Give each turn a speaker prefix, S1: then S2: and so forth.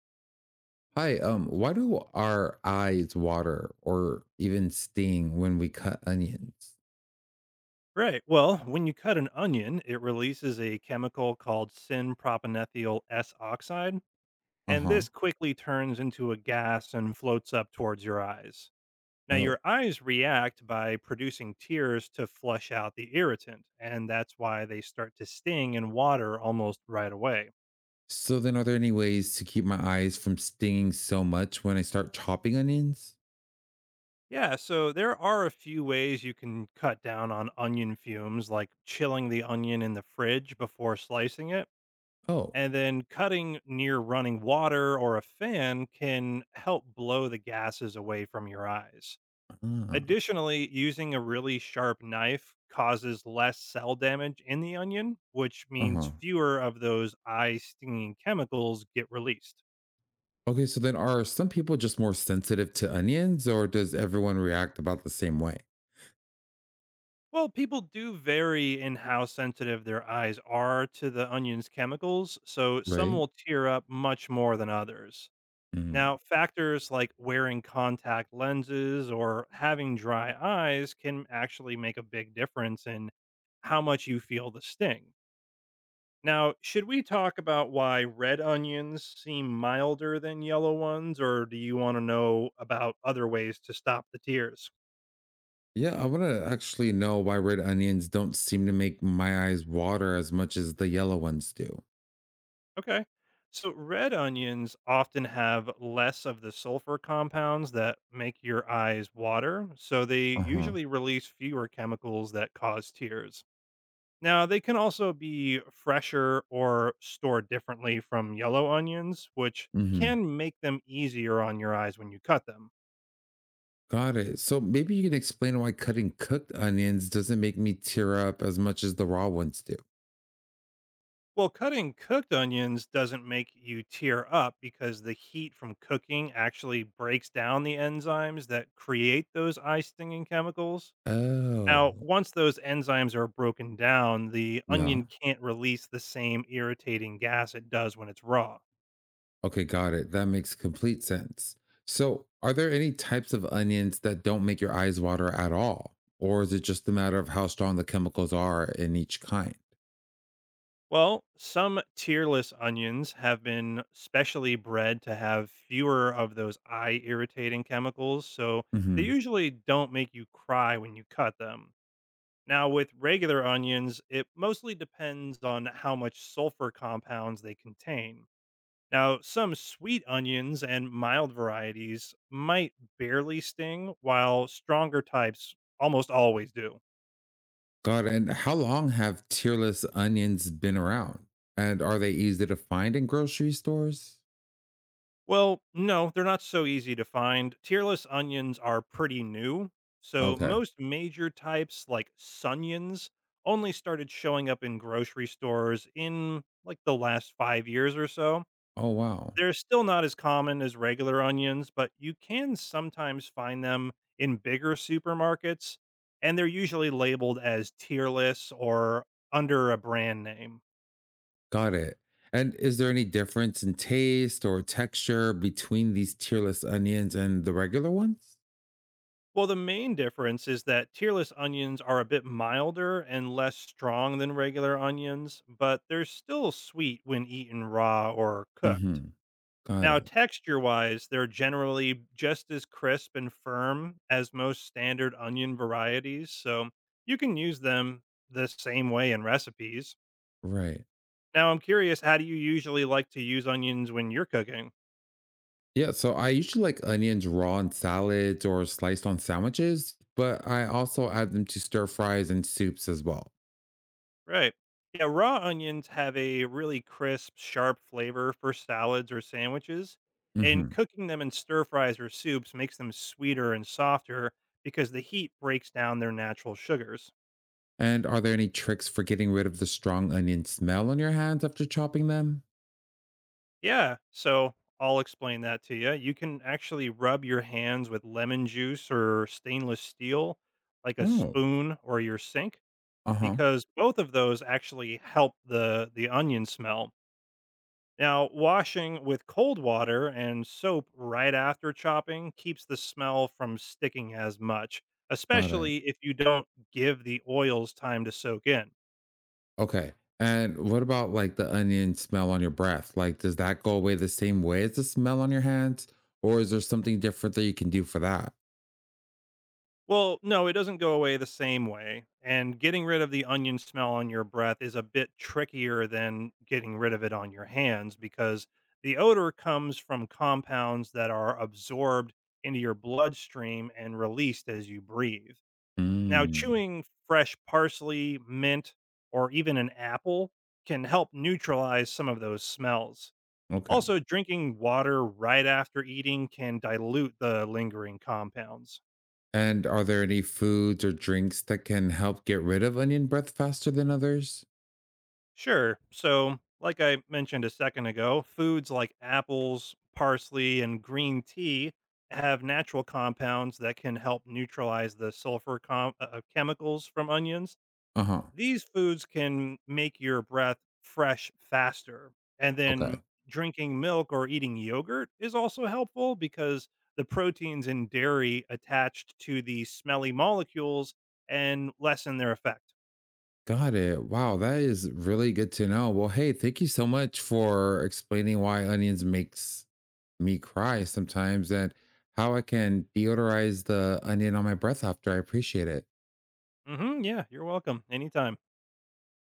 S1: Hi, why do our eyes water or even sting when we cut onions?
S2: Right. Well, when you cut an onion, it releases a chemical called synpropanethyl S oxide, and
S1: Uh-huh.
S2: this quickly turns into a gas and floats up towards your eyes. Now,
S1: Oh.
S2: your eyes react by producing tears to flush out the irritant, and that's why they start to sting in water almost right away.
S1: So then are there any ways to keep my eyes from stinging so much when I start chopping onions?
S2: Yeah, so there are a few ways you can cut down on onion fumes, like chilling the onion in the fridge before slicing it.
S1: Oh.
S2: And then cutting near running water or a fan can help blow the gases away from your eyes.
S1: Uh,
S2: Additionally, using a really sharp knife causes less cell damage in the onion, which
S1: huh
S2: means fewer of those eye stinging chemicals get released.
S1: Okay, so then are some people just more sensitive to onions or does everyone react about the same way?
S2: Well, people do vary in how sensitive their eyes are to the onion's chemicals, so some
S1: Right?
S2: will tear up much more than others.
S1: Mm.
S2: Now, factors like wearing contact lenses or having dry eyes can actually make a big difference in how much you feel the sting. Now, should we talk about why red onions seem milder than yellow ones, or do you want to know about other ways to stop the tears?
S1: Yeah, I want to actually know why red onions don't seem to make my eyes water as much as the yellow ones do.
S2: Okay. So, red onions often have less of the sulfur compounds that make your eyes water. So, they
S1: Uh-huh.
S2: usually release fewer chemicals that cause tears. Now, they can also be fresher or stored differently from yellow onions, which
S1: Mhm.
S2: can make them easier on your eyes when you cut them.
S1: Got it. So maybe you can explain why cutting cooked onions doesn't make me tear up as much as the raw ones do.
S2: Well, cutting cooked onions doesn't make you tear up because the heat from cooking actually breaks down the enzymes that create those eye stinging chemicals. Now,
S1: Oh,
S2: once those enzymes are broken down, the onion
S1: yeah.
S2: can't release the same irritating gas it does when it's raw.
S1: Okay, got it. That makes complete sense. So, are there any types of onions that don't make your eyes water at all? Or is it just a matter of how strong the chemicals are in each kind?
S2: Well, some tearless onions have been specially bred to have fewer of those eye irritating chemicals, so they
S1: Hmm.
S2: usually don't make you cry when you cut them. Now, with regular onions, it mostly depends on how much sulfur compounds they contain. Now, some sweet onions and mild varieties might barely sting, while stronger types almost always do.
S1: Got it. And how long have tearless onions been around? And are they easy to find in grocery stores?
S2: Well, no, they're not so easy to find. Tearless onions are pretty new, so
S1: Okay.
S2: most major types like sunions only started showing up in grocery stores in like the last 5 years or so.
S1: Oh, wow.
S2: They're still not as common as regular onions, but you can sometimes find them in bigger supermarkets and they're usually labeled as tearless or under a brand name.
S1: Got it. And is there any difference in taste or texture between these tearless onions and the regular ones?
S2: Well, the main difference is that tearless onions are a bit milder and less strong than regular onions, but they're still sweet when eaten raw or cooked.
S1: Mm-hmm. Got
S2: Now,
S1: it.
S2: texture wise, they're generally just as crisp and firm as most standard onion varieties, so you can use them the same way in recipes.
S1: Right.
S2: Now, I'm curious, how do you usually like to use onions when you're cooking?
S1: Yeah. So I usually like onions raw in salads or sliced on sandwiches, but I also add them to stir fries and soups as well.
S2: Right. Yeah, raw onions have a really crisp, sharp flavor for salads or sandwiches, and
S1: Hmm.
S2: cooking them in stir fries or soups makes them sweeter and softer because the heat breaks down their natural sugars.
S1: And are there any tricks for getting rid of the strong onion smell on your hands after chopping them?
S2: Yeah, so I'll explain that to you. You can actually rub your hands with lemon juice or stainless steel, like a
S1: Oh,
S2: spoon or your sink,
S1: uh huh.
S2: because both of those actually help the onion smell. Now, washing with cold water and soap right after chopping keeps the smell from sticking as much,
S1: Got it.
S2: especially if you don't give the oils time to soak in.
S1: Okay. And what about like the onion smell on your breath? Like, does that go away the same way as the smell on your hands? Or is there something different that you can do for that?
S2: Well, no, it doesn't go away the same way. And getting rid of the onion smell on your breath is a bit trickier than getting rid of it on your hands because the odor comes from compounds that are absorbed into your bloodstream and released as you breathe. Now,
S1: Mm,
S2: chewing fresh parsley, mint, or even an apple can help neutralize some of those smells.
S1: okay.
S2: Also, drinking water right after eating can dilute the lingering compounds.
S1: And are there any foods or drinks that can help get rid of onion breath faster than others?
S2: Sure, so like I mentioned a second ago, foods like apples, parsley, and green tea have natural compounds that can help neutralize the sulfur chemicals from onions.
S1: Uh huh.
S2: These foods can make your breath fresh faster. And
S1: Okay.
S2: then drinking milk or eating yogurt is also helpful because the proteins in dairy attached to the smelly molecules and lessen their effect.
S1: Got it. Wow. That is really good to know. Well, hey, thank you so much for explaining why onions makes me cry sometimes and how I can deodorize the onion on my breath after. I appreciate it.
S2: Hmm, yeah, you're welcome. Anytime.